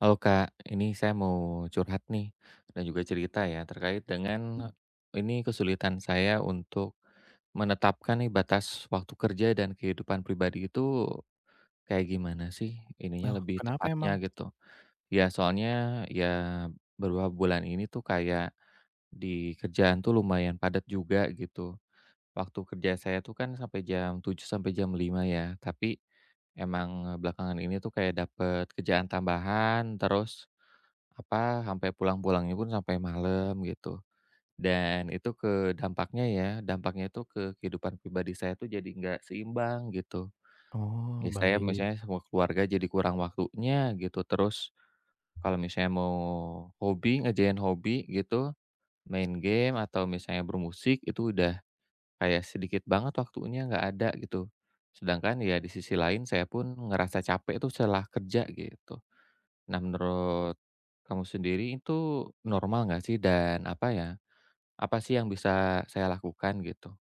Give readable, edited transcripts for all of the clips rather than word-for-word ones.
Halo Kak, ini saya mau curhat nih dan juga cerita ya terkait dengan ini kesulitan saya untuk menetapkan nih batas waktu kerja dan kehidupan pribadi itu kayak gimana sih ininya Oh, lebih kenapa tepatnya emang? gitu. Ya soalnya ya beberapa bulan ini tuh kayak di kerjaan tuh lumayan padat juga gitu. Waktu kerja saya tuh kan sampai jam 7 sampai jam 5 ya, tapi emang belakangan ini tuh kayak dapet kerjaan tambahan, terus, apa, sampai pulang-pulangnya pun sampai malam gitu. Dan itu ke dampaknya ya, dampaknya itu ke kehidupan pribadi saya tuh jadi nggak seimbang gitu. Oh, Ya saya baik. misalnya sama keluarga jadi kurang waktunya gitu, terus kalau misalnya mau hobi, ngerjain hobi gitu, main game atau misalnya bermusik itu udah kayak sedikit banget waktunya, nggak ada gitu. Sedangkan ya di sisi lain saya pun ngerasa capek tuh setelah kerja gitu. Nah menurut kamu sendiri itu normal nggak sih? Dan apa ya, apa sih yang bisa saya lakukan gitu?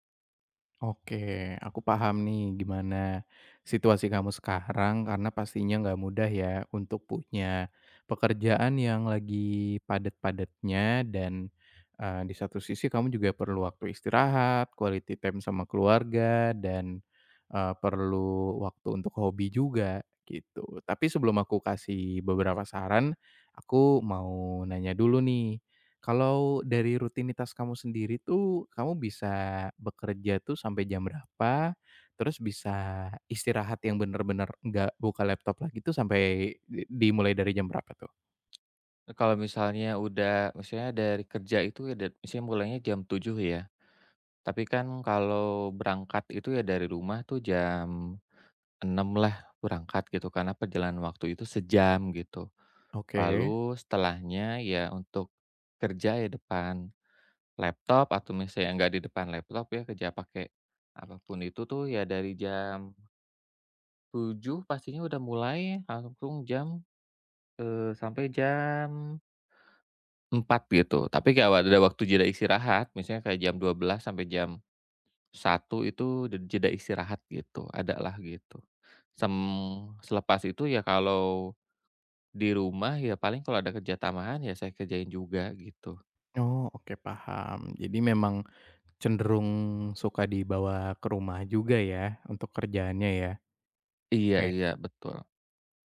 Oke, aku paham nih gimana situasi kamu sekarang karena pastinya nggak mudah ya untuk punya pekerjaan yang lagi padat-padatnya dan di satu sisi kamu juga perlu waktu istirahat, quality time sama keluarga dan perlu waktu untuk hobi juga gitu. Tapi sebelum aku kasih beberapa saran, aku mau nanya dulu nih. Kalau dari rutinitas kamu sendiri tuh, kamu bisa bekerja tuh sampai jam berapa? Terus bisa istirahat yang bener-bener nggak buka laptop lagi tuh sampai dimulai dari jam berapa tuh? Kalau misalnya udah misalnya dari kerja itu ya misalnya mulainya jam 7 ya. Tapi kan kalau berangkat itu ya dari rumah tuh jam 6 lah berangkat gitu. Karena perjalanan waktu itu sejam gitu. Oke. Lalu setelahnya ya untuk kerja ya depan laptop atau misalnya nggak di depan laptop ya kerja pakai apapun itu tuh ya dari jam 7 pastinya udah mulai langsung jam, sampai jam 4 gitu. Tapi kalau ada waktu jeda istirahat misalnya kayak jam 12 sampai jam 1 itu de jeda istirahat gitu, ada lah gitu. Sem selepas itu ya kalau di rumah ya paling kalau ada kerja tambahan ya saya kerjain juga gitu. Oh, oke, paham. Jadi memang cenderung suka dibawa ke rumah juga ya, untuk kerjaannya ya? Iya Oke. iya, betul.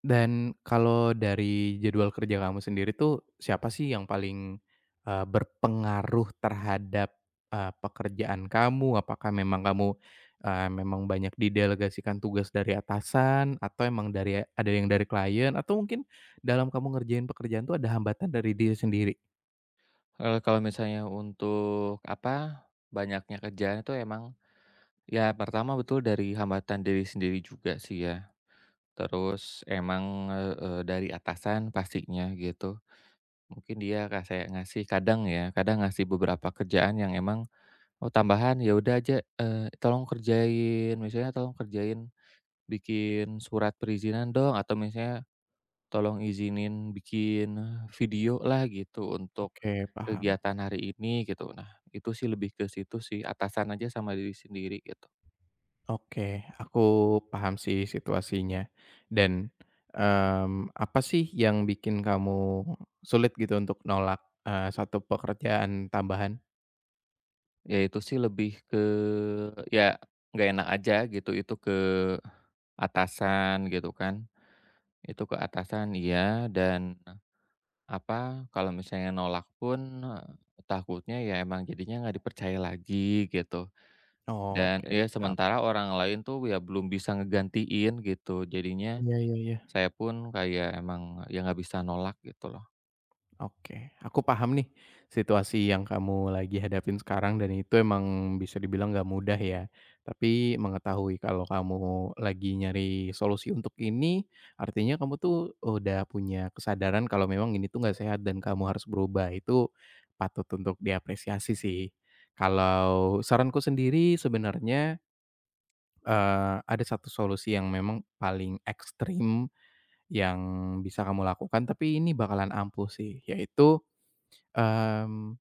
Dan kalau dari jadwal kerja kamu sendiri tuh, siapa sih yang paling, berpengaruh terhadap, pekerjaan kamu? Apakah memang kamu, memang banyak didelegasikan tugas dari atasan, atau emang dari ada yang dari klien, atau mungkin dalam kamu ngerjain pekerjaan tuh ada hambatan dari diri sendiri? Kalau kalau misalnya untuk, apa, banyaknya kerjaan itu emang, ya pertama betul dari hambatan diri sendiri juga sih ya, terus emang, dari atasan pastinya gitu. Mungkin dia kayak ngasih kadang ya, kadang ngasih beberapa kerjaan yang emang, oh tambahan, ya udah aja, tolong kerjain, misalnya tolong kerjain bikin surat perizinan dong, atau misalnya tolong izinin bikin video lah gitu untuk Oke, paham. kegiatan hari ini gitu. Nah, itu sih lebih ke situ sih, atasan aja sama diri sendiri gitu. Oke, aku paham sih situasinya dan, apa sih yang bikin kamu sulit gitu untuk nolak, 1 pekerjaan tambahan? Ya itu sih lebih ke ya nggak enak aja gitu, itu ke atasan gitu kan. Itu ke atasan iya, dan apa, kalau misalnya nolak pun, takutnya ya emang jadinya nggak dipercaya lagi gitu. Oh, Dan oke, ya paham. sementara orang lain tuh ya belum bisa ngegantiin gitu, jadinya Iya, iya, iya. saya pun kayak emang ya nggak bisa nolak gitu loh. Oke, aku paham nih situasi yang kamu lagi hadapin sekarang dan itu emang bisa dibilang gak mudah ya. Tapi mengetahui kalau kamu lagi nyari solusi untuk ini, artinya kamu tuh udah punya kesadaran kalau memang ini tuh gak sehat dan kamu harus berubah. Itu patut untuk diapresiasi sih. Kalau saranku sendiri sebenarnya ada satu solusi yang memang paling ekstrim yang bisa kamu lakukan, tapi ini bakalan ampuh sih, yaitu Mmm,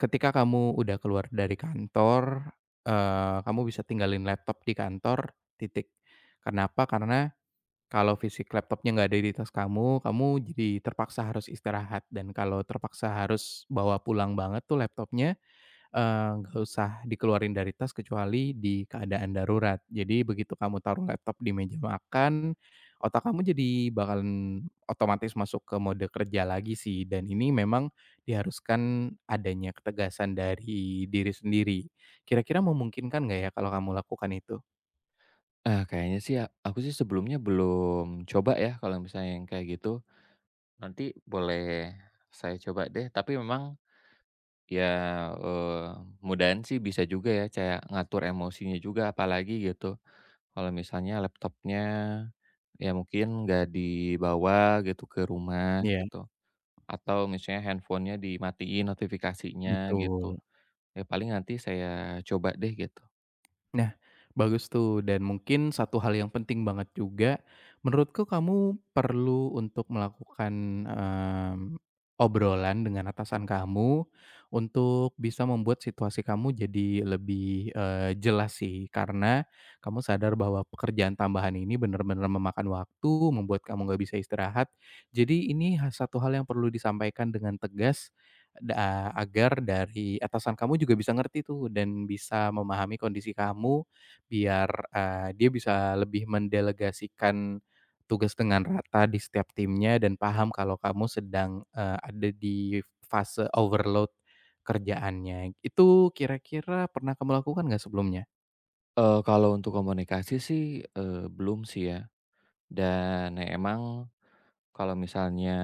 ketika kamu udah keluar dari kantor, kamu bisa tinggalin laptop di kantor, titik. Kenapa? Karena kalau fisik laptopnya nggak ada di tas kamu, kamu jadi terpaksa harus istirahat, dan kalau terpaksa harus bawa pulang banget tuh laptopnya, nggak usah dikeluarin dari tas kecuali di keadaan darurat. Jadi begitu kamu taruh laptop di meja makan, otak kamu jadi bakalan otomatis masuk ke mode kerja lagi sih dan ini memang diharuskan adanya ketegasan dari diri sendiri. Kira-kira memungkinkan nggak ya kalau kamu lakukan itu? Kayaknya sih ya aku sih sebelumnya belum coba ya kalau misalnya yang kayak gitu. Nanti boleh saya coba deh, tapi memang ya, eee, mudahan sih bisa juga ya kayak ngatur emosinya juga apalagi gitu. Kalau misalnya laptopnya ya mungkin nggak dibawa gitu ke rumah Iya, gitu, atau misalnya handphonenya dimatiin notifikasinya gitu. betul. Ya paling nanti saya coba deh gitu. Nah, bagus tuh dan mungkin satu hal yang penting banget juga, menurutku kamu perlu untuk melakukan, mmm, obrolan dengan atasan kamu untuk bisa membuat situasi kamu jadi lebih, jelas sih. Karena kamu sadar bahwa pekerjaan tambahan ini benar-benar memakan waktu, membuat kamu nggak bisa istirahat. Jadi ini satu hal yang perlu disampaikan dengan tegas, agar dari atasan kamu juga bisa ngerti tuh dan bisa memahami kondisi kamu biar, dia bisa lebih mendelegasikan tugas dengan rata di setiap timnya dan paham kalau kamu sedang, ada di fase overload kerjaannya. Itu kira-kira pernah kamu lakukan nggak sebelumnya? Kalau untuk komunikasi sih, belum sih ya. Dan emang kalau misalnya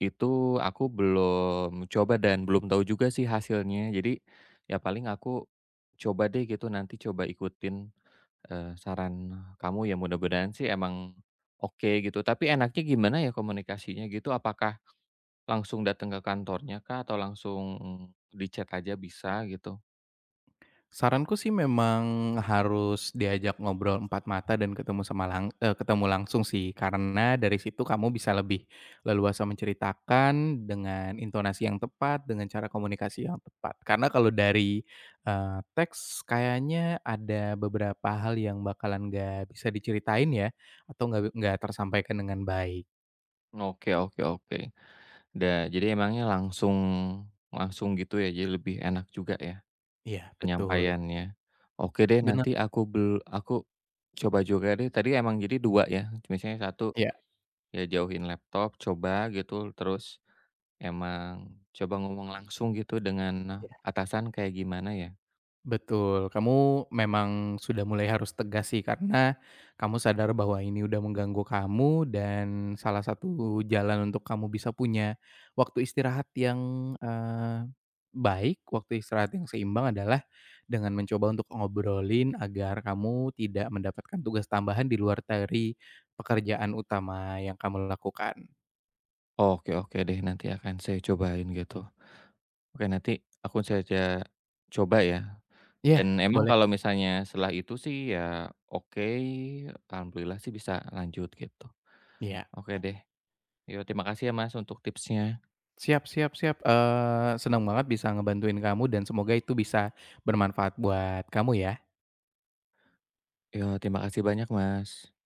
itu aku belum coba dan belum tahu juga sih hasilnya. Jadi ya paling aku coba deh gitu nanti coba ikutin, saran kamu ya mudah-mudahan sih emang oke gitu. Tapi enaknya gimana ya komunikasinya gitu? Apakah langsung datang ke kantornya kah atau langsung di chat aja bisa gitu? Saranku sih memang harus diajak ngobrol empat mata dan ketemu sama ketemu langsung sih, karena dari situ kamu bisa lebih leluasa menceritakan dengan intonasi yang tepat, dengan cara komunikasi yang tepat. Karena kalau dari, teks kayaknya ada beberapa hal yang bakalan nggak bisa diceritain ya, atau nggak tersampaikan dengan baik. Oke oke oke. Da jadi emangnya langsung langsung gitu ya, jadi lebih enak juga ya? Iya, betul, Penyampaiannya. Oke deh benar nanti aku bel, aku coba juga deh tadi emang jadi 2 ya, misalnya satu ya. ya jauhin laptop coba gitu, terus emang coba ngomong langsung gitu dengan atasan kayak gimana ya. Betul, kamu memang sudah mulai harus tegas sih karena kamu sadar bahwa ini udah mengganggu kamu dan salah satu jalan untuk kamu bisa punya waktu istirahat yang, eee, baik, waktu istirahat yang seimbang adalah dengan mencoba untuk ngobrolin agar kamu tidak mendapatkan tugas tambahan di luar dari pekerjaan utama yang kamu lakukan. Oke oke deh nanti akan saya cobain gitu. Oke nanti aku saja coba ya Ya, dan emang boleh. kalau misalnya setelah itu sih ya oke, alhamdulillah sih bisa lanjut gitu. Ya. Oke deh. Yo terima kasih ya Mas untuk tipsnya. Siap, siap, siap, senang banget bisa ngebantuin kamu dan semoga itu bisa bermanfaat buat kamu ya. Iya, terima kasih banyak, Mas.